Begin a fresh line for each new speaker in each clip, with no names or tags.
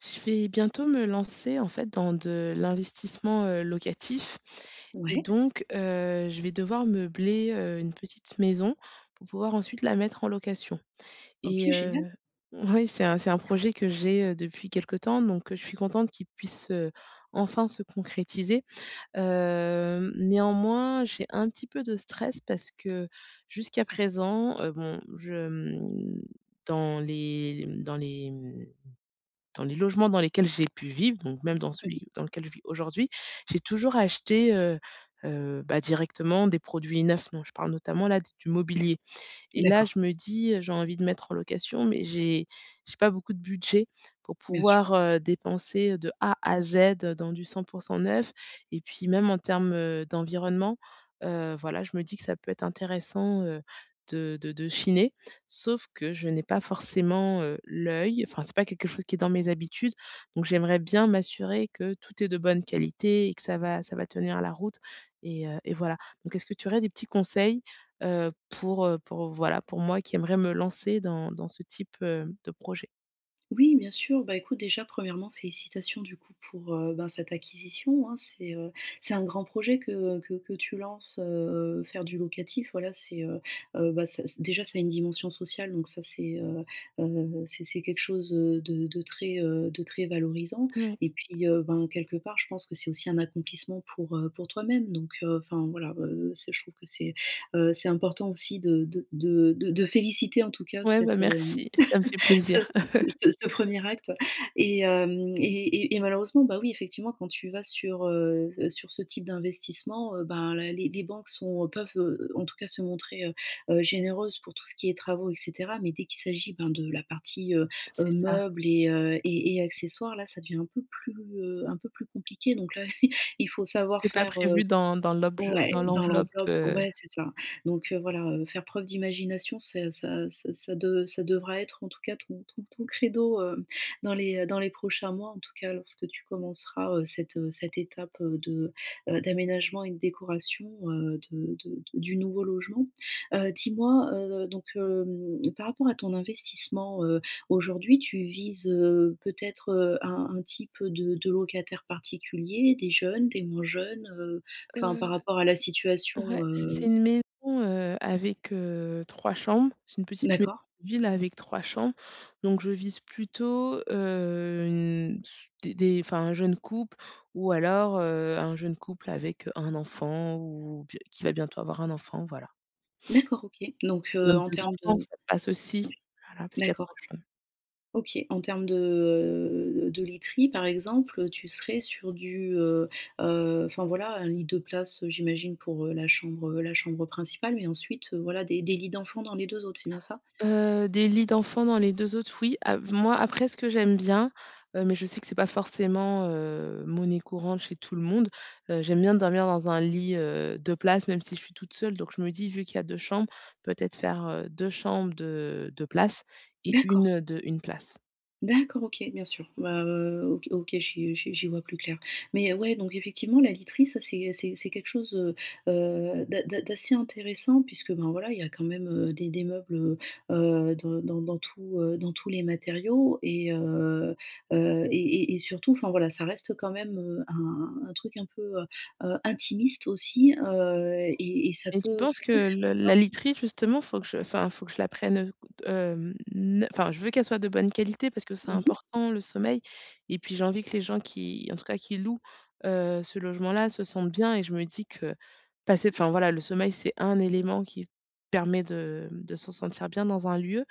Je vais bientôt me lancer en fait dans de l'investissement, locatif et
Ouais,
donc je vais devoir meubler, une petite maison pour pouvoir ensuite la mettre en location
OK,
et
génial.
oui, c'est un projet que j'ai, depuis quelque temps donc je suis contente qu'il puisse, enfin se concrétiser. Néanmoins, j'ai un petit peu de stress parce que jusqu'à présent, bon dans les dans les logements dans lesquels j'ai pu vivre, donc même dans
Mmh.
celui dans lequel je vis aujourd'hui, j'ai toujours acheté, bah, directement des produits neufs, donc je parle notamment là du mobilier. Et là,
D'accord,
je me dis, «J'ai envie de mettre en location», mais j'ai pas beaucoup de budget pour
bien sûr.
pouvoir, dépenser de A à Z, dans du 100 neuf. Et puis même en termes, d'environnement, voilà, je me dis que ça peut être intéressant, de chiner. Sauf que je n'ai pas forcément, l'œil, enfin, c'est pas quelque chose qui est dans mes habitudes, donc j'aimerais bien m'assurer que tout est de bonne qualité et que ça va tenir la route et et voilà. Donc est-ce que tu aurais des petits conseils pour voilà, pour moi qui aimerais me lancer dans ce type, de projet.
Oui, bien sûr. Bah, écoute, déjà, premièrement, félicitations du coup pour ben, cette acquisition, hein. C'est un grand projet que tu lances, faire du locatif. Voilà, c'est bah, déjà ça a une dimension sociale, donc ça c'est c'est quelque chose de très de très valorisant.
Ouais.
Et puis, ben, quelque part, je pense que c'est aussi un accomplissement pour toi-même. Donc, enfin voilà, je trouve que c'est important aussi de féliciter en tout cas
Ouais, bah,
cette
merci, ça me fait plaisir.
ce ce ce ce 1 acte. Et hem et malheureusement, bah, oui, effectivement, quand tu vas sur ce type d'investissement, ben, la les banques sont peuvent, en tout cas se montrer, généreuses pour tout ce qui est travaux et cetera. Mais dès qu'il s'agit, ben, de la partie,
C'est ça.
meubles et et accessoires, là, ça devient un peu plus compliqué. Donc là, il faut savoir
C'est pas
faire.
prévu
Ouais,
dans
dans
l'enveloppe,
l'enveloppe, ouais, c'est ça. Donc, voilà, faire preuve d'imagination, c'est ça devra être en tout cas ton credo, dans les prochains mois, en tout cas lorsque tu commenceras, cette, cette étape, d'aménagement et de décoration, de du nouveau logement. Dis-moi, donc, par rapport à ton investissement, aujourd'hui tu vises, peut-être, un type de locataire particulier, des jeunes, des moins jeunes. Enfin, par
heu,
rapport à la
ouais,
situation,
c'est une maison, avec, 3 chambres. C'est une petite maison
d'accord,
de ville avec 3 chambres, donc je vise plutôt, une s des enfin, un jeune couple, ou alors, un jeune couple avec un enfant ou bien qui va bientôt avoir un enfant, voilà.
d'accord, OK. Donc,
Même
en
2
termes
enfants,
de.
ça passe aussi.
Oui,
Voilà, parce qu'il y a 3
d'accord,
chambres.
OK. En termes de literie, par exemple, tu serais sur du, enfin, voilà, un lit 2 places, j'imagine pour, la chambre principale, mais ensuite, voilà, des lits d'enfants dans les 2 autres, c'est bien ça?
Des lits d'enfants dans les 2 autres, oui. Ap Moi, après ce que j'aime bien, mais je sais que c'est pas forcément, monnaie courante chez tout le monde, j'aime bien dormir dans un lit, 2 places, même si je suis toute seule. Donc je me dis, vu qu'il y a 2 chambres, peut-être faire, 2 chambres de 2 places et
D'accord.
1 de une place.
D'accord, OK, bien sûr. Bah, OK, OK, j'y vois plus clair. Mais ouais, donc effectivement, la literie, ça, c'est quelque chose, d'assez intéressant puisque, ben, voilà, il y a quand même, des meubles, dans tous les matériaux et heu, et et surtout, enfin, voilà, ça reste quand même, un truc un peu, intimiste aussi, et ça
Mais tu
peut
penses
ça peut
que
faire
le la
peur.
literie justement, faut que je enfin, faut que je la prenne, hem, n enfin, je veux qu'elle soit de bonne qualité parce que c'est
Mmh.
important le sommeil, et puis j'ai envie que les gens qui en tout cas qui louent, ce logement-là se sentent bien et je me dis que passer enfin voilà, le sommeil, c'est un élément qui permet de se sentir bien dans un lieu.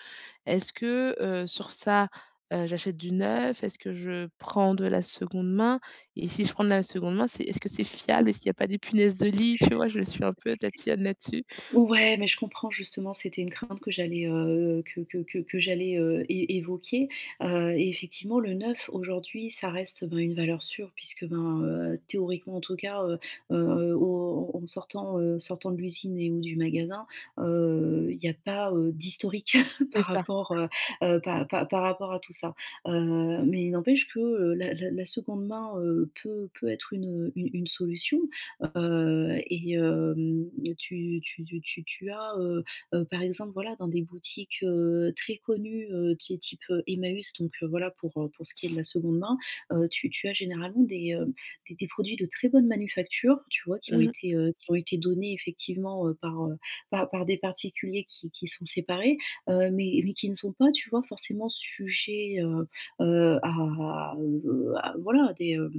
Est-ce que, sur ça, j'achète du neuf? Est-ce que je prends de la seconde main? Et si je prends de la seconde main, c'est est-ce que c'est fiable? Est-ce qu'il y a pas des punaises de lit? Tu vois? Je suis un peu tatillonne là-dessus.
Ouais, mais je comprends justement, c'était une crainte que j'allais, que j'allais, é évoquer, et effectivement le neuf aujourd'hui, ça reste, ben, une valeur sûre puisque, ben, théoriquement en tout cas, au en sortant de l'usine et ou du magasin, il n'y a pas, d'historique
C'est
par
ça.
rapport, par par par rapport à tout ça, mais il n'empêche que, la seconde main, peut être une solution. Heu et hem, tu as, par exemple, voilà, dans des boutiques, très connues, tu sais type, Emmaüs, donc voilà pour ce qui est de la seconde main, tu as généralement des, produits de très bonne manufacture, tu vois? Qui ont
Mmh.
été, donnés effectivement, par, par des particuliers qui sont séparés, mais qui ne sont pas, tu vois, forcément sujets, à, voilà, à des, hem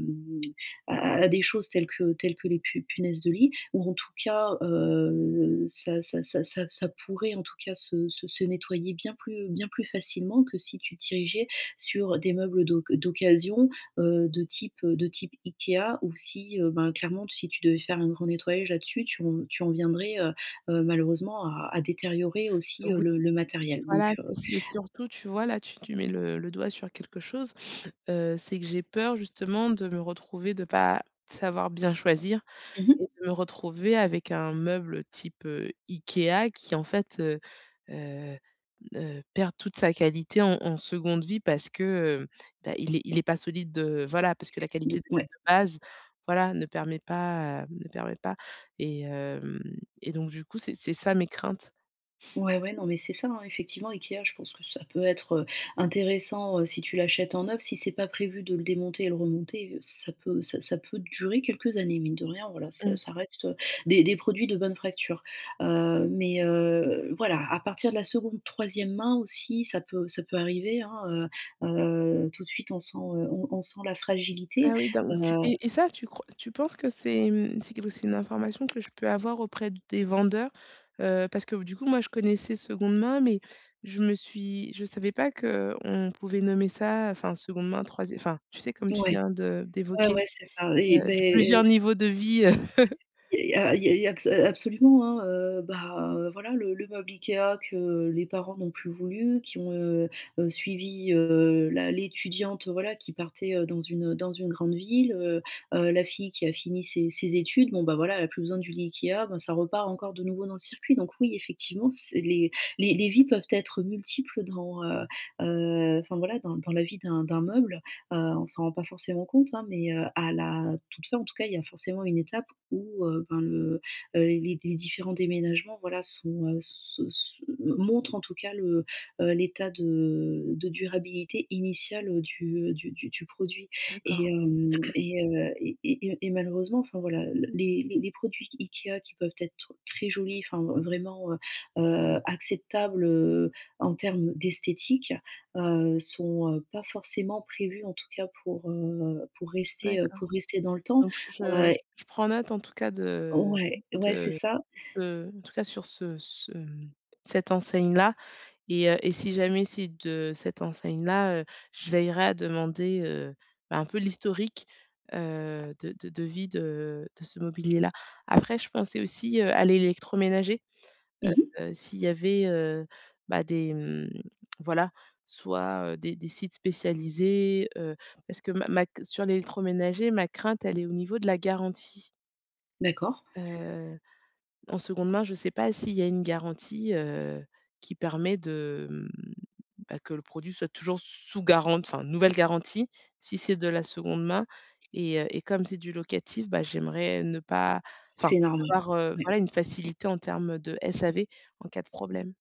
à des choses telles que les pu punaises de lit ou en tout cas, ça pourrait en tout cas se nettoyer bien plus facilement que si tu te dirigeais sur des meubles d'occasion, de type IKEA, ou si, ben, clairement si tu devais faire un grand nettoyage là-dessus, tu en viendrais, malheureusement à détériorer aussi,
Oui,
le matériel donc
voilà, c'est surtout, tu vois, là, tu mets le doigt sur quelque chose, c'est que j'ai peur justement de me retrouver, de pas savoir bien choisir. Et
mmh,
de me retrouver avec un meuble type, IKEA qui en fait, heu perd toute sa qualité en en seconde vie parce que, heu, bah, il est pas solide, voilà, parce que la qualité
de
déjà de
ouais.
base, voilà, ne permet pas. Et hem et donc du coup, c'est ça mes craintes.
Ouais, ouais, non, mais c'est ça, hein, effectivement, IKEA, je pense que ça peut être, intéressant, si tu l'achètes en neuf. Si c'est pas prévu de le démonter et le remonter, ça peut durer quelques années, mine de rien, voilà, ça
Mmh.
ça reste, des produits de bonne fracture. Mais voilà, à partir de la seconde troisième main aussi, ça peut arriver, hein, tout de suite, on sent la fragilité.
Ah oui,
Heu,
donc tu et ça, tu penses que c'est, c'est quelque c'est une information que je peux avoir auprès des vendeurs? Parce que du coup, moi, je connaissais seconde main, mais je me suis je savais pas que on pouvait nommer ça, enfin, seconde main, troisième enfin, tu sais, comme tu
ouais,
viens de
ouais,
d'évoquer,
ouais, c'est ça et
les
beh.
plusieurs niveaux de vie.
Il y a absolument, hein, bah, voilà le meuble IKEA que les parents n'ont plus voulu, qui ont, suivi, la l'étudiante, voilà, qui partait, dans une grande ville, la fille qui a fini ses études, bon, bah, voilà, elle a plus besoin du lit IKEA, ben, ça repart encore de nouveau dans le circuit. Donc oui, effectivement, c'est les vies peuvent être multiples dans, enfin voilà, dans la vie d'un meuble. On s'en rend pas forcément compte, hein, mais à la toute fin, en tout cas, il y a forcément une étape où, ben, les différents déménagements, voilà, se montrent en tout cas le, l'état de durabilité initiale, du produit. et
D'accord.
hem et heu et et et malheureusement, enfin voilà, les produits IKEA qui peuvent être très jolis, enfin vraiment, acceptables, en termes d'esthétique, sont, pas forcément prévues en tout cas pour,
D'accord,
pour rester dans le temps.
donc je
Heu,
je je prends note en tout cas
ouais, ouais, c'est
de
ça.
ce en tout cas sur ce, cette enseigne-là. Et si jamais c'est de cette enseigne-là, je veillerai à demander, bah, un peu l'historique, de vie de ce mobilier-là. Après, je pensais aussi, à l'électroménager, heu
Mmh.
s'il y avait, bah, voilà, soit, des sites spécialisés, parce que ma ma sur l'électroménager, ma crainte, elle est au niveau de la garantie.
D'accord.
Heu, En seconde main, je ne sais pas s'il y a une garantie, qui permet de, bah, que le produit soit toujours sous garantie, enfin, nouvelle garantie, si c'est de la seconde main. Et comme c'est du locatif, bah, j'aimerais ne pas enfin,
C'est normal.
avoir,
Ouais.
voilà, une facilité en termes de SAV en cas de problème.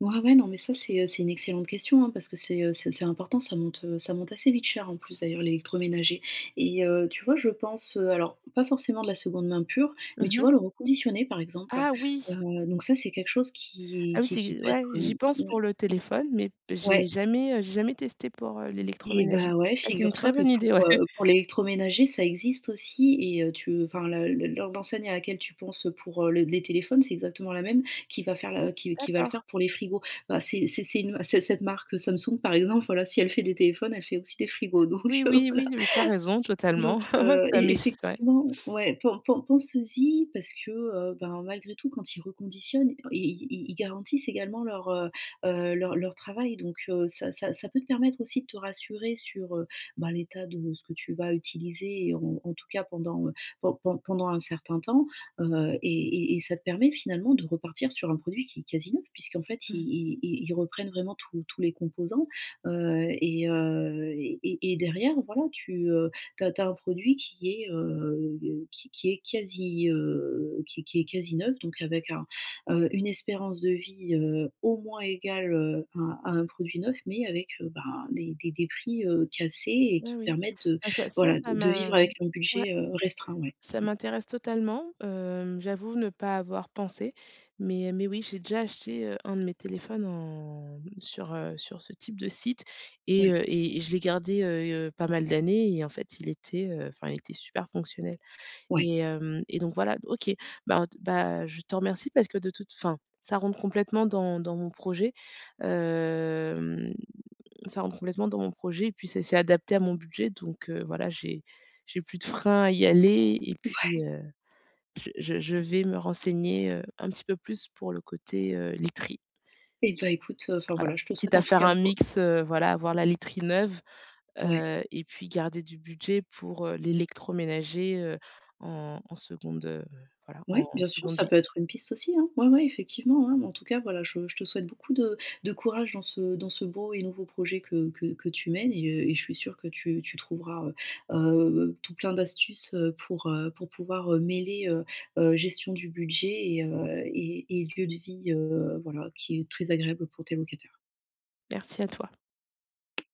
Ouais, ouais, non, mais c'est, une excellente question, hein, parce que c'est important, ça monte assez vite cher, en plus d'ailleurs l'électroménager, et tu vois, je pense, alors pas forcément de la seconde main pure, mais tu
Mmh.
vois le reconditionner par exemple,
Ah oui!
donc ça c'est quelque chose qui
Ah oui,
qui qui
c'est
peut être,
ouais, j'y pense
ouais.
pour le téléphone, mais
Ouais.
j'ai jamais testé pour,
Et
l'électroménager.
bah, ouais,
Ah, c'est une très
figure-toi que
bonne idée, ouais.
pour l'électroménager, ça existe aussi et tu enfin, le l'en l'enseigne à laquelle tu penses pour, le les téléphones, c'est exactement la même qui va le
D'accord.
faire pour les frigos. Bah, c'est cette marque Samsung, par exemple, voilà, si elle fait des téléphones, elle fait aussi des frigos, donc
Oui, oui, oui, oui, tu as raison
donc
totalement.
e
Ça m'est ouais.
effectivement, ouais, pense-y parce que, ben, malgré tout, quand ils reconditionnent, i i i ils garantissent également leur, leur travail, donc ça peut te permettre aussi de te rassurer sur, ben, l'état de ce que tu vas utiliser, et en tout cas pendant, pendant un certain temps, et ça te permet finalement de repartir sur un produit qui est quasi neuf, puisqu'en fait, i
Mmh.
i i ils reprennent vraiment tous les composants, et derrière, voilà, tu as un produit qui est quasi neuf, donc avec une espérance de vie, au moins égale, à un produit neuf, mais avec, ben, des prix, cassés et
Ouais,
qui te
oui.
permettent de
Bah, ça ça
voilà,
ça
de vivre
m'a
avec un budget, restreint, ouais.
Ça m'intéresse totalement, j'avoue ne pas avoir pensé, mais oui, j'ai déjà acheté, un de mes téléphones en sur, sur ce type de site, et
Ouais,
heu et et je l'ai gardé, pas mal d'années, et en fait, il était, enfin, il était super fonctionnel.
ouais,
Et donc voilà, OK. bah t Bah, je te remercie parce que de toute fin ça rentre complètement dans mon projet, hem, ça rentre complètement dans mon projet, et puis c'est adapté à mon budget donc voilà, j'ai plus de frein à y aller. Et puis,
ouais.
je vais me renseigner, un petit peu plus pour le côté, literie,
Et bah, écoute, enfin
voilà.
voilà, je te
Quitte
souhaite
à
en tout
faire
cas
un
beaucoup.
mix, voilà, avoir la literie neuve,
Ouais.
et puis garder du budget pour, l'électroménager, en en seconde, voilà, en
Oui, bien sûr,
seconde
ça
vie.
peut être une piste aussi, hein. Ouais, ouais, effectivement, hein. Mais en tout cas, voilà, je te souhaite beaucoup de courage dans ce beau et nouveau projet que tu mènes, et je suis sûre que tu trouveras, tout plein d'astuces, pour pouvoir, mêler, gestion du budget et et lieu de vie, voilà, qui est très agréable pour tes locataires.
Merci à toi.